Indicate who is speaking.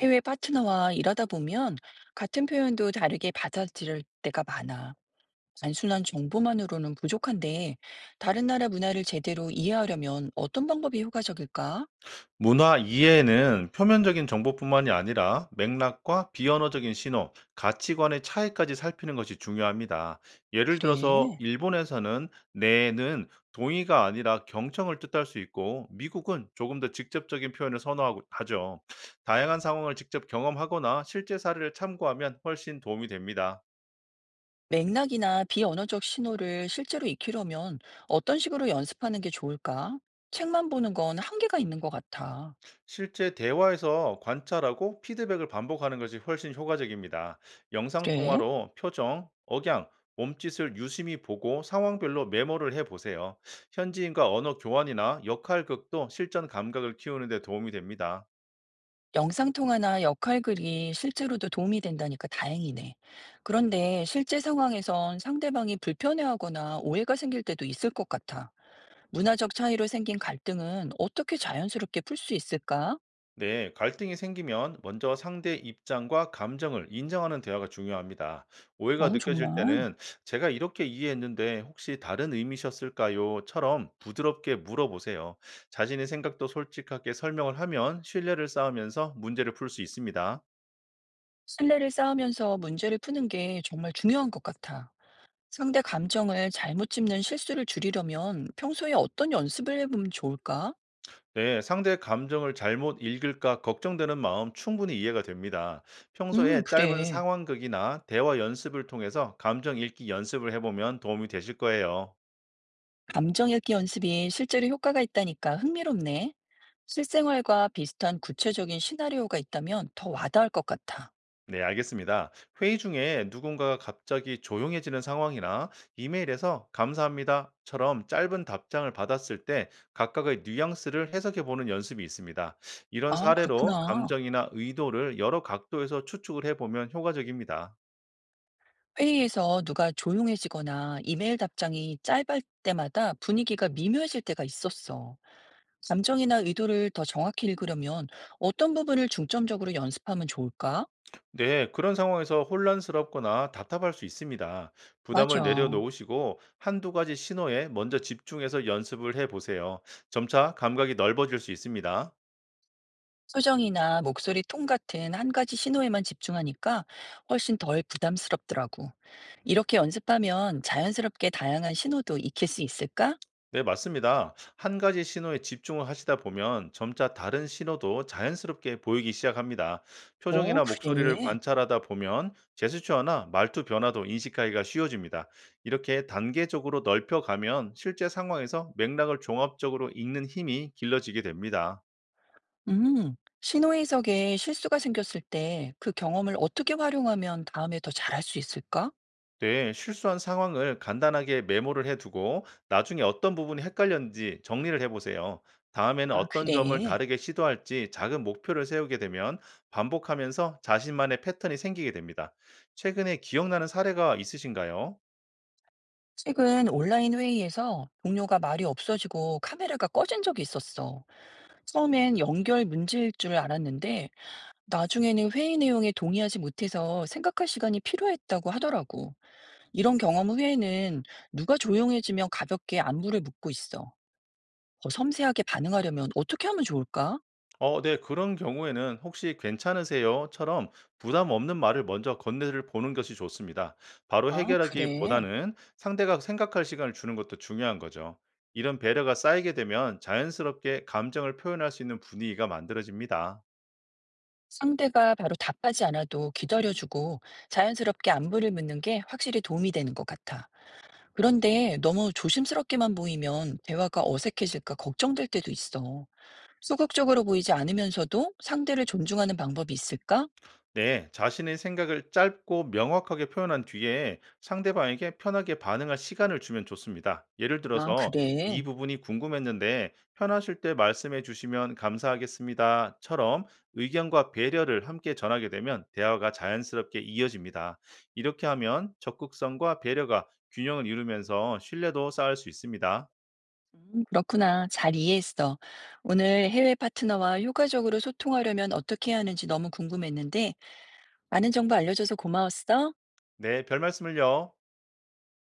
Speaker 1: 해외 파트너와 일하다 보면 같은 표현도 다르게 받아들일 때가 많아. 단순한 정보만으로는 부족한데, 다른 나라 문화를 제대로 이해하려면 어떤 방법이 효과적일까?
Speaker 2: 문화 이해는 표면적인 정보뿐만이 아니라 맥락과 비언어적인 신호, 가치관의 차이까지 살피는 것이 중요합니다. 예를 들어서
Speaker 1: 그래.
Speaker 2: 일본에서는 내는 동의가 아니라 경청을 뜻할 수 있고 미국은 조금 더 직접적인 표현을 선호하고 하죠. 다양한 상황을 직접 경험하거나 실제 사례를 참고하면 훨씬 도움이 됩니다.
Speaker 1: 맥락이나 비언어적 신호를 실제로 익히려면 어떤 식으로 연습하는 게 좋을까? 책만 보는 건 한계가 있는 것 같아.
Speaker 2: 실제 대화에서 관찰하고 피드백을 반복하는 것이 훨씬 효과적입니다.
Speaker 1: 그래.
Speaker 2: 영상통화로 표정, 억양, 몸짓을 유심히 보고 상황별로 메모를 해보세요. 현지인과 언어 교환이나 역할극도 실전 감각을 키우는 데 도움이 됩니다.
Speaker 1: 영상통화나 역할글이 실제로도 도움이 된다니까 다행이네. 그런데 실제 상황에선 상대방이 불편해하거나 오해가 생길 때도 있을 것 같아. 문화적 차이로 생긴 갈등은 어떻게 자연스럽게 풀 수 있을까?
Speaker 2: 네, 갈등이 생기면 먼저 상대 입장과 감정을 인정하는 대화가 중요합니다. 오해가
Speaker 1: 어,
Speaker 2: 느껴질
Speaker 1: 정말.
Speaker 2: 때는 제가 이렇게 이해했는데 혹시 다른 의미셨을까요?처럼 부드럽게 물어보세요. 자신의 생각도 솔직하게 설명을 하면 신뢰를 쌓으면서 문제를 풀 수 있습니다.
Speaker 1: 신뢰를 쌓으면서 문제를 푸는 게 정말 중요한 것 같아. 상대 감정을 잘못 짚는 실수를 줄이려면 평소에 어떤 연습을 해보면 좋을까?
Speaker 2: 네, 상대의 감정을 잘못 읽을까 걱정되는 마음 충분히 이해가 됩니다. 평소에 짧은
Speaker 1: 그래.
Speaker 2: 상황극이나 대화 연습을 통해서 감정 읽기 연습을 해보면 도움이 되실 거예요.
Speaker 1: 감정읽기 연습이 실제로 효과가 있다니까 흥미롭네. 실생활과 비슷한 구체적인 시나리오가 있다면 더 와닿을 것 같아.
Speaker 2: 네, 알겠습니다. 회의 중에 누군가가 갑자기 조용해지는 상황이나 이메일에서 감사합니다처럼 짧은 답장을 받았을 때 각각의 뉘앙스를 해석해 보는 연습이 있습니다. 이런
Speaker 1: 아,
Speaker 2: 사례로
Speaker 1: 그렇구나.
Speaker 2: 감정이나 의도를 여러 각도에서 추측을 해 보면 효과적입니다.
Speaker 1: 회의에서 누가 조용해지거나 이메일 답장이 짧을 때마다 분위기가 미묘해질 때가 있었어. 감정이나 의도를 더 정확히 읽으려면 어떤 부분을 중점적으로 연습하면 좋을까?
Speaker 2: 네, 그런 상황에서 혼란스럽거나 답답할 수 있습니다. 부담을
Speaker 1: 맞아.
Speaker 2: 내려놓으시고 한두 가지 신호에 먼저 집중해서 연습을 해 보세요. 점차 감각이 넓어질 수 있습니다.
Speaker 1: 표정이나 목소리 톤 같은 한 가지 신호에만 집중하니까 훨씬 덜 부담스럽더라고. 이렇게 연습하면 자연스럽게 다양한 신호도 익힐 수 있을까?
Speaker 2: 네, 맞습니다. 한 가지 신호에 집중을 하시다 보면 점차 다른 신호도 자연스럽게 보이기 시작합니다.
Speaker 1: 어,
Speaker 2: 표정이나 목소리를
Speaker 1: 그래.
Speaker 2: 관찰하다 보면 제스처나 말투 변화도 인식하기가 쉬워집니다. 이렇게 단계적으로 넓혀가면 실제 상황에서 맥락을 종합적으로 읽는 힘이 길러지게 됩니다.
Speaker 1: 음, 신호 해석에 실수가 생겼을 때 그 경험을 어떻게 활용하면 다음에 더 잘할 수 있을까?
Speaker 2: 네, 실수한 상황을 간단하게 메모를 해두고 나중에 어떤 부분이 헷갈렸는지 정리를 해보세요. 다음에는
Speaker 1: 아,
Speaker 2: 어떤 점을
Speaker 1: 그래.
Speaker 2: 다르게 시도할지 작은 목표를 세우게 되면 반복하면서 자신만의 패턴이 생기게 됩니다. 최근에 기억나는 사례가 있으신가요?
Speaker 1: 최근 온라인 회의에서 동료가 말이 없어지고 카메라가 꺼진 적이 있었어. 처음엔 연결 문제일 줄 알았는데 나중에는 회의 내용에 동의하지 못해서 생각할 시간이 필요했다고 하더라고. 이런 경험 후에는 누가 조용해지면 가볍게 안부를 묻고 있어. 더 섬세하게 반응하려면 어떻게 하면 좋을까?
Speaker 2: 네, 그런 경우에는 혹시 괜찮으세요?처럼 부담 없는 말을 먼저 건네를 보는 것이 좋습니다. 바로
Speaker 1: 아, 그래.
Speaker 2: 해결하기보다는 상대가 생각할 시간을 주는 것도 중요한 거죠. 이런 배려가 쌓이게 되면 자연스럽게 감정을 표현할 수 있는 분위기가 만들어집니다.
Speaker 1: 상대가 바로 답하지 않아도 기다려주고 자연스럽게 안부를 묻는 게 확실히 도움이 되는 것 같아. 그런데 너무 조심스럽게만 보이면 대화가 어색해질까 걱정될 때도 있어. 소극적으로 보이지 않으면서도 상대를 존중하는 방법이 있을까?
Speaker 2: 네, 자신의 생각을 짧고 명확하게 표현한 뒤에 상대방에게 편하게 반응할 시간을 주면 좋습니다. 예를
Speaker 1: 아,
Speaker 2: 들어서
Speaker 1: 그래.
Speaker 2: 이 부분이 궁금했는데 편하실 때 말씀해 주시면 감사하겠습니다.처럼 의견과 배려를 함께 전하게 되면 대화가 자연스럽게 이어집니다. 이렇게 하면 적극성과 배려가 균형을 이루면서 신뢰도 쌓을 수 있습니다.
Speaker 1: 그렇구나. 잘 이해했어. 오늘 해외 파트너와 효과적으로 소통하려면 어떻게 해야 하는지 너무 궁금했는데, 많은 정보 알려줘서 고마웠어.
Speaker 2: 네, 별 말씀을요.